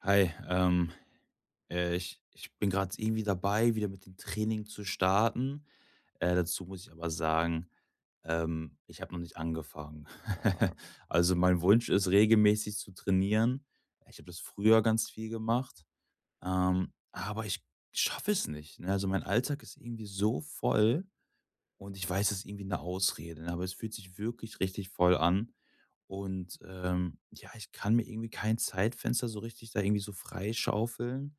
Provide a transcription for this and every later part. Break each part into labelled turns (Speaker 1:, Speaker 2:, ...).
Speaker 1: Hi, ich bin gerade irgendwie dabei, wieder mit dem Training zu starten. Dazu muss ich aber sagen, ich habe noch nicht angefangen. Also mein Wunsch ist, regelmäßig zu trainieren. Ich habe das früher ganz viel gemacht, aber ich schaffe es nicht. Ne? Also mein Alltag ist irgendwie so voll, und ich weiß, es ist irgendwie eine Ausrede, ne, aber es fühlt sich wirklich richtig voll an. Und ja, ich kann mir irgendwie kein Zeitfenster so richtig da irgendwie so freischaufeln,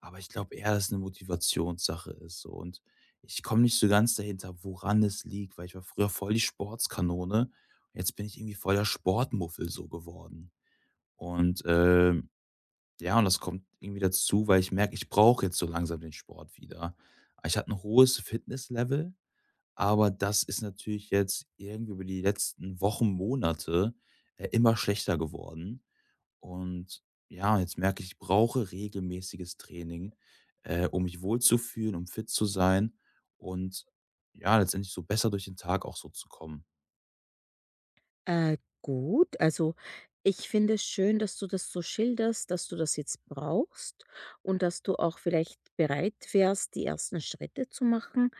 Speaker 1: aber ich glaube eher, dass es 'ne Motivationssache ist so. Und ich komme nicht so ganz dahinter, woran es liegt, weil ich war früher voll die Sportskanone. Jetzt bin ich irgendwie voll der Sportmuffel so geworden. Und ja, und das kommt irgendwie dazu, weil ich merke, ich brauche jetzt so langsam den Sport wieder. Ich hatte ein hohes Fitnesslevel, aber das ist natürlich jetzt irgendwie über die letzten Wochen, Monate, immer schlechter geworden. Und ja, jetzt merke ich, ich brauche regelmäßiges Training, um mich wohlzufühlen, um fit zu sein und ja, letztendlich so besser durch den Tag auch so zu kommen.
Speaker 2: Gut, also ich finde es schön, dass du das so schilderst, dass du das jetzt brauchst und dass du auch vielleicht bereit wärst, die ersten Schritte zu machen.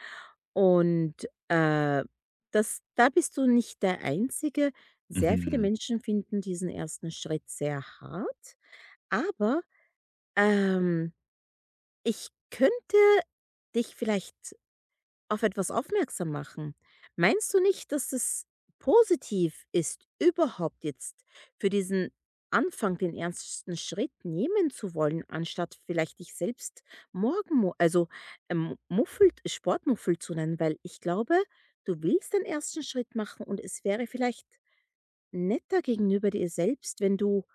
Speaker 2: Und äh, Da bist du nicht der Einzige. Sehr viele
Speaker 1: Mhm,
Speaker 2: Menschen finden diesen ersten Schritt sehr hart. Aber ähm, Ich könnte dich vielleicht auf etwas aufmerksam machen. Meinst du nicht, dass es positiv ist, überhaupt jetzt für diesen Anfang den ersten Schritt nehmen zu wollen, anstatt vielleicht dich selbst morgen, also Muffel, Sportmuffel zu nennen, weil ich glaube, du willst den ersten Schritt machen und es wäre vielleicht netter gegenüber dir selbst, wenn du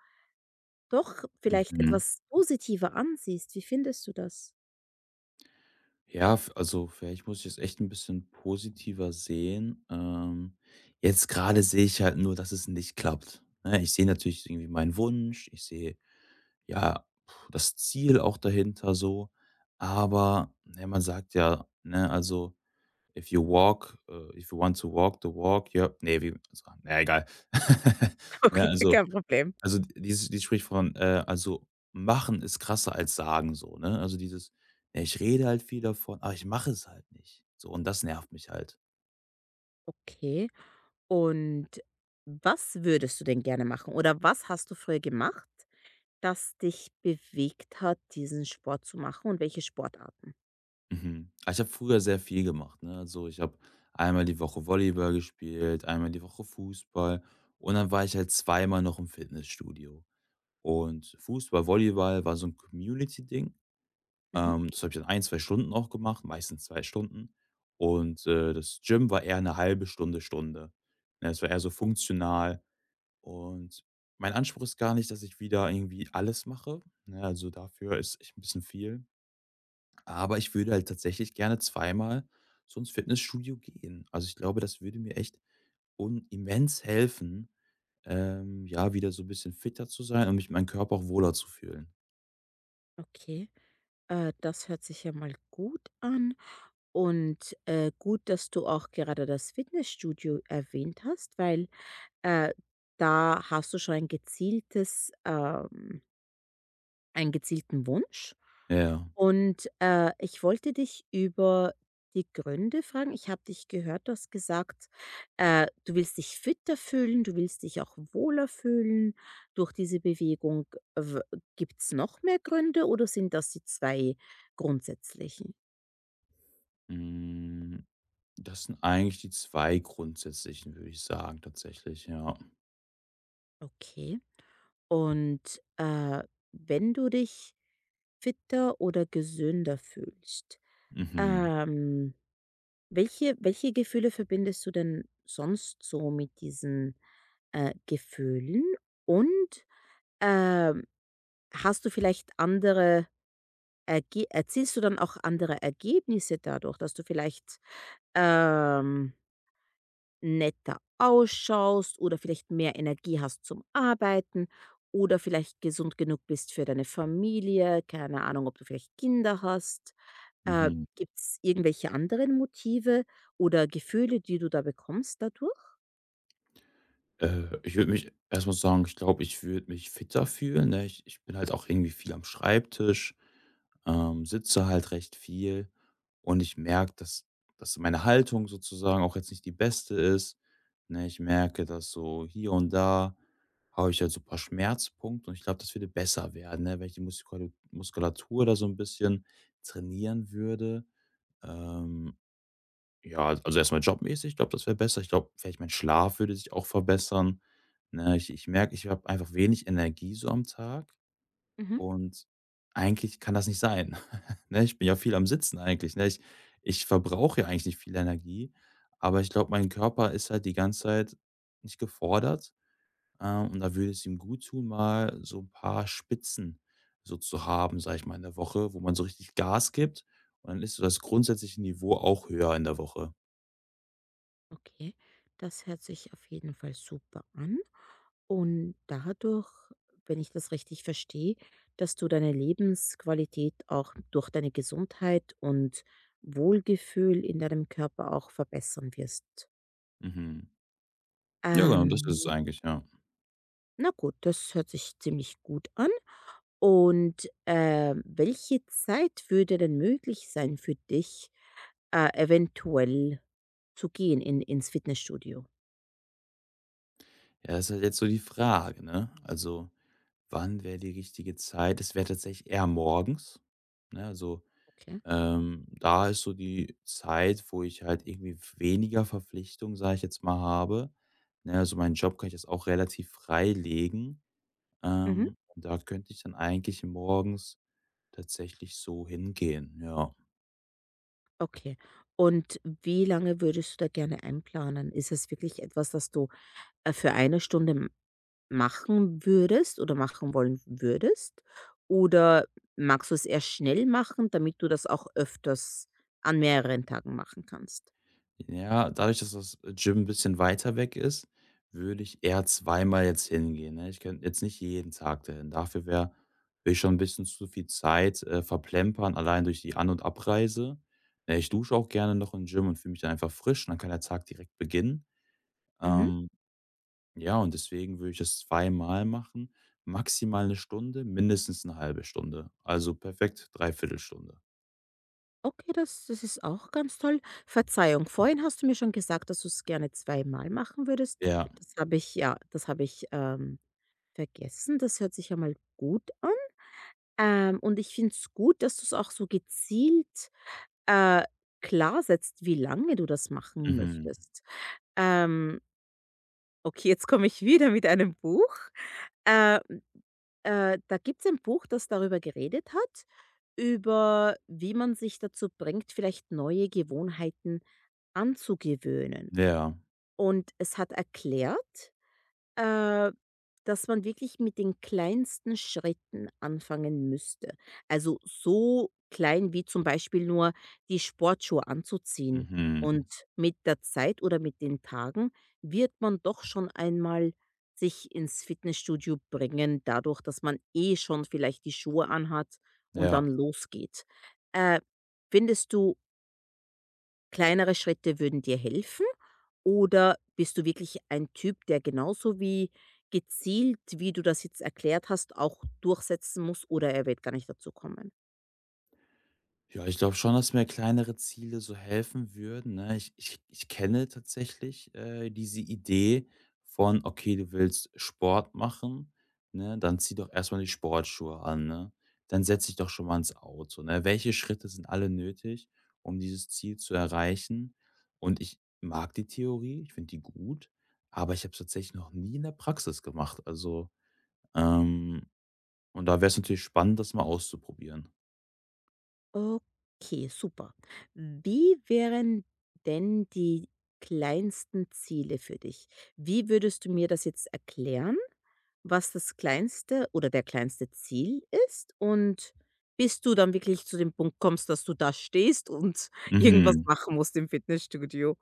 Speaker 2: doch vielleicht
Speaker 1: mhm.
Speaker 2: etwas positiver ansiehst. Wie findest du das?
Speaker 1: Ja, f also vielleicht muss ich es echt ein bisschen positiver sehen. Jetzt gerade sehe ich halt nur, dass es nicht klappt, ne? Ich sehe natürlich irgendwie meinen Wunsch, ich sehe ja, puh, das Ziel auch dahinter so. Aber, ne, man sagt ja, ne, also if you walk, if you want to walk the walk, ja, ne, wie, also, na egal. Ne,
Speaker 2: Okay, kein Problem.
Speaker 1: also dieses Sprichwort von, also machen ist krasser als sagen so, ne? Also dieses, ja, ich rede halt viel davon, aber ich mache es halt nicht. So und das nervt mich halt.
Speaker 2: Okay. Und was würdest du denn gerne machen oder was hast du früher gemacht, das dich bewegt hat, diesen Sport zu machen und welche Sportarten?
Speaker 1: Mhm. Ah, ich habe früher sehr viel gemacht, ne? Also, ich habe einmal die Woche Volleyball gespielt, einmal die Woche Fußball und dann war ich halt zweimal noch im Fitnessstudio. Und Fußball, Volleyball war so ein Community-Ding.
Speaker 2: Mhm.
Speaker 1: Das habe ich dann ein, 2 Stunden auch gemacht, meistens 2 Stunden. Und das Gym war eher eine halbe Stunde, Stunde. Ne, es war eher so funktional und mein Anspruch ist gar nicht, dass ich wieder irgendwie alles mache, ne? Also, dafür ist echt ein bisschen viel. Aber ich würde halt tatsächlich gerne zweimal so ins Fitnessstudio gehen. Also, ich glaube, das würde mir echt un immens helfen, ja, wieder so ein bisschen fitter zu sein und mich meinen Körper auch wohler zu fühlen.
Speaker 2: Okay, das hört sich ja mal gut an und gut, dass du auch gerade das Fitnessstudio erwähnt hast, weil, äh, da hast du schon ein gezieltes, einen gezielten Wunsch.
Speaker 1: Ja.
Speaker 2: Und ich wollte dich über die Gründe fragen. Ich habe dich gehört, du hast gesagt, du willst dich fitter fühlen, du willst dich auch wohler fühlen durch diese Bewegung. Gibt es noch mehr Gründe oder sind das die zwei grundsätzlichen?
Speaker 1: Hm, das sind eigentlich die 2 grundsätzlichen, würde ich sagen, tatsächlich, ja.
Speaker 2: Okay. Und wenn du dich fitter oder gesünder fühlst,
Speaker 1: Mhm.
Speaker 2: ähm welche Gefühle verbindest du denn sonst so mit diesen Gefühlen? Und, ähm, hast du vielleicht andere Erge erzielst du dann auch andere Ergebnisse dadurch, dass du vielleicht, ähm, netter ausschaust oder vielleicht mehr Energie hast zum Arbeiten oder vielleicht gesund genug bist für deine Familie? Keine Ahnung, ob du vielleicht Kinder hast?
Speaker 1: Mhm.
Speaker 2: Gibt es irgendwelche anderen Motive oder Gefühle, die du da bekommst dadurch?
Speaker 1: Ich würde mich erstmal sagen, ich glaube, ich würde mich fitter fühlen, ne? Ich bin halt auch irgendwie viel am Schreibtisch, sitze halt recht viel und ich merke, dass meine Haltung sozusagen auch jetzt nicht die beste ist, ne? Ich merke, dass so hier und da habe ich halt so ein paar Schmerzpunkte und ich glaube, das würde besser werden, ne, wenn ich die Muskulatur da so ein bisschen trainieren würde. Ähm ja, also erstmal jobmäßig, ich glaube, das wäre besser. Ich glaube, vielleicht mein Schlaf würde sich auch verbessern. Ne, ich merke, ich habe einfach wenig Energie so am Tag
Speaker 2: Mhm.
Speaker 1: und eigentlich kann das nicht sein. Ne, ich bin ja viel am Sitzen eigentlich, ne? Ich verbrauche ja eigentlich nicht viel Energie, aber ich glaube, mein Körper ist halt die ganze Zeit nicht gefordert, und da würde es ihm gut tun, mal so ein paar Spitzen so zu haben, sage ich mal, in der Woche, wo man so richtig Gas gibt und dann ist so das grundsätzliche Niveau auch höher in der Woche.
Speaker 2: Okay, das hört sich auf jeden Fall super an. Und dadurch, wenn ich das richtig verstehe, dass du deine Lebensqualität auch durch deine Gesundheit und Wohlgefühl in deinem Körper auch verbessern wirst.
Speaker 1: Mhm. Ja, genau, das ist es
Speaker 2: Ähm,
Speaker 1: eigentlich, ja.
Speaker 2: na gut, das hört sich ziemlich gut an. Und welche Zeit würde denn möglich sein für dich, eventuell zu gehen in ins Fitnessstudio?
Speaker 1: Ja, das ist halt jetzt so die Frage, ne? Also, wann wäre die richtige Zeit? Es wäre tatsächlich eher morgens, ne? Also,
Speaker 2: Okay.
Speaker 1: da ist so die Zeit, wo ich halt irgendwie weniger Verpflichtung, sage ich jetzt mal, habe. Ne, also meinen Job kann ich jetzt auch relativ frei legen.
Speaker 2: Mhm.
Speaker 1: Und da könnte ich dann eigentlich morgens tatsächlich so hingehen, ja.
Speaker 2: Okay. Und wie lange würdest du da gerne einplanen? Ist das wirklich etwas, das du, für eine Stunde m machen würdest oder machen wollen würdest? Oder magst du es eher schnell machen, damit du das auch öfters an mehreren Tagen machen kannst?
Speaker 1: Ja, dadurch, dass das Gym ein bisschen weiter weg ist, würde ich eher zweimal jetzt hingehen, ne? Ich könnte jetzt nicht jeden Tag dahin. Dafür wäre würde ich schon ein bisschen zu viel Zeit, verplempern, allein durch die An und Abreise. Ich dusche auch gerne noch im Gym und fühle mich dann einfach frisch und dann kann der Tag direkt beginnen.
Speaker 2: Mhm.
Speaker 1: Ähm, ja, und deswegen würde ich das zweimal machen, maximal eine Stunde, mindestens eine halbe Stunde. Also perfekt 3 Stunde.
Speaker 2: Okay, das ist auch ganz toll. Verzeihung, vorhin hast du mir schon gesagt, dass du es gerne zweimal machen würdest.
Speaker 1: Ja,
Speaker 2: Das habe ich vergessen. Das hört sich ja mal gut an. Und ich finde es gut, dass du es auch so gezielt, äh, klar setzt, wie lange du das machen
Speaker 1: mhm.
Speaker 2: möchtest. Ähm, okay, jetzt komme ich wieder mit einem Buch. Äh Da gibt es ein Buch, das darüber geredet hat, über wie man sich dazu bringt, vielleicht neue Gewohnheiten anzugewöhnen.
Speaker 1: Ja,
Speaker 2: Und es hat erklärt, äh, dass man wirklich mit den kleinsten Schritten anfangen müsste. Also, so klein wie zum Beispiel nur die Sportschuhe anzuziehen.
Speaker 1: mhm.
Speaker 2: Und mit der Zeit oder mit den Tagen wird man doch schon einmal sich ins Fitnessstudio bringen, dadurch, dass man eh schon vielleicht die Schuhe anhat und
Speaker 1: Ja.
Speaker 2: dann losgeht. Äh, Findest du kleinere Schritte würden dir helfen? Oder bist du wirklich ein Typ, der genauso wie gezielt, wie du das jetzt erklärt hast, auch durchsetzen muss oder er wird gar nicht dazu kommen?
Speaker 1: Ja, ich glaube schon, dass mir kleinere Ziele so helfen würden, ne? Ich kenne tatsächlich, diese Idee von: „Okay, du willst Sport machen, ne? Dann zieh doch erstmal die Sportschuhe an, ne? Dann setz dich doch schon mal ins Auto, ne? Welche Schritte sind alle nötig, um dieses Ziel zu erreichen?“ Und ich mag die Theorie, ich finde die gut, aber ich habe es tatsächlich noch nie in der Praxis gemacht. Also, ähm, und da wäre es natürlich spannend, das mal auszuprobieren.
Speaker 2: Okay, super. Wie wären denn die kleinsten Ziele für dich? Wie würdest du mir das jetzt erklären, was das kleinste oder der kleinste Ziel ist? Und bis du dann wirklich zu dem Punkt kommst, dass du da stehst und irgendwas
Speaker 1: Mhm.
Speaker 2: machen musst im Fitnessstudio?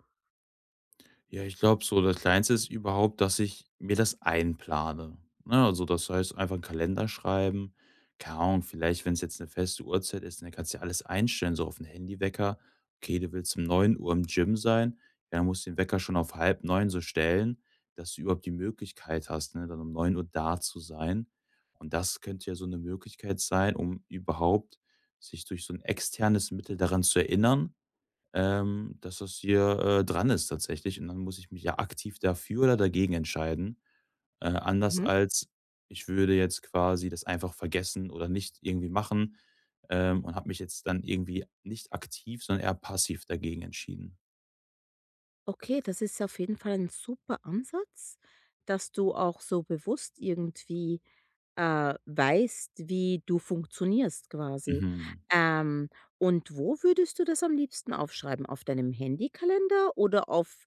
Speaker 1: Ja, ich glaube so, das Kleinste ist überhaupt, dass ich mir das einplane. Ne? Also das heißt, einfach 'n Kalender schreiben. Keine Ahnung, vielleicht, wenn es jetzt eine feste Uhrzeit ist, dann kannst du ja alles einstellen, so auf den Handywecker. Okay, du willst um neun Uhr im Gym sein, ja, dann musst du den Wecker schon auf halb neun so stellen, dass du überhaupt die Möglichkeit hast, ne, dann um neun Uhr da zu sein. Und das könnte ja so eine Möglichkeit sein, um überhaupt sich durch so ein externes Mittel daran zu erinnern, dass das hier, dran ist tatsächlich. Und dann muss ich mich ja aktiv dafür oder dagegen entscheiden. Anders
Speaker 2: Mhm.
Speaker 1: als ich würde jetzt quasi das einfach vergessen oder nicht irgendwie machen, und habe mich jetzt dann irgendwie nicht aktiv, sondern eher passiv dagegen entschieden.
Speaker 2: Okay, das ist auf jeden Fall ein super Ansatz, dass du auch so bewusst irgendwie weißt, wie du funktionierst quasi.
Speaker 1: Mhm.
Speaker 2: Ähm, und wo würdest du das am liebsten aufschreiben? Auf deinem Handykalender oder auf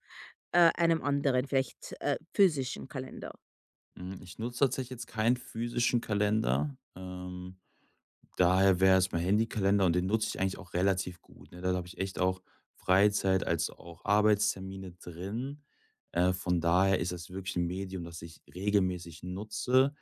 Speaker 2: äh, einem anderen, vielleicht physischen Kalender?
Speaker 1: Hm, ich nutze tatsächlich jetzt keinen physischen Kalender. Daher wäre es mein Handykalender und den nutze ich eigentlich auch relativ gut, ne? Da habe ich echt auch Freizeit als auch Arbeitstermine drin. Von daher ist das wirklich ein Medium, das ich regelmäßig nutze.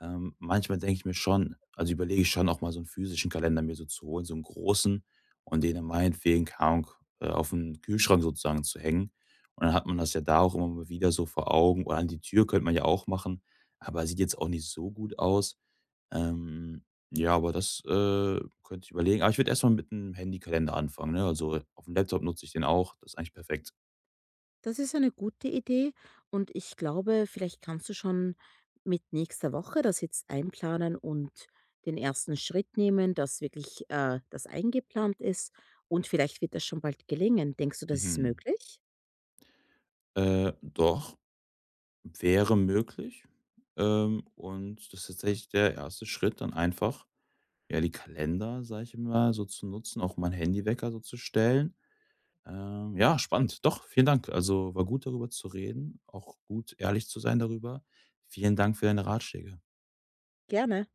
Speaker 1: Manchmal denke ich mir schon also, überlege ich schon auch mal so einen physischen Kalender mir so zu holen, so 'n großen und den dann meinetwegen, keine Ahnung, auf den Kühlschrank sozusagen zu hängen. Und dann hat man das ja da auch immer mal wieder so vor Augen oder an die Tür könnte man ja auch machen, aber sieht jetzt auch nicht so gut aus. Ähm, ja, aber das, könnte ich überlegen. Aber ich würde erstmal mit 'nem Handykalender anfangen, ne? Also, auf dem Laptop nutze ich den auch. Das ist eigentlich perfekt.
Speaker 2: Das ist eine gute Idee und ich glaube, vielleicht kannst du schon mit nächster Woche das jetzt einplanen und den ersten Schritt nehmen, dass wirklich das eingeplant ist und vielleicht wird das schon bald gelingen. Denkst du, das ist
Speaker 1: Mhm.
Speaker 2: möglich?
Speaker 1: Doch, wäre möglich. Und das ist tatsächlich der erste Schritt, dann einfach, ja, die Kalender, sage ich mal, so zu nutzen, auch mein Handywecker so zu stellen. Ja, spannend. Doch, vielen Dank. Also, war gut, darüber zu reden, auch gut ehrlich zu sein darüber. Vielen Dank für deine Ratschläge.
Speaker 2: Gerne.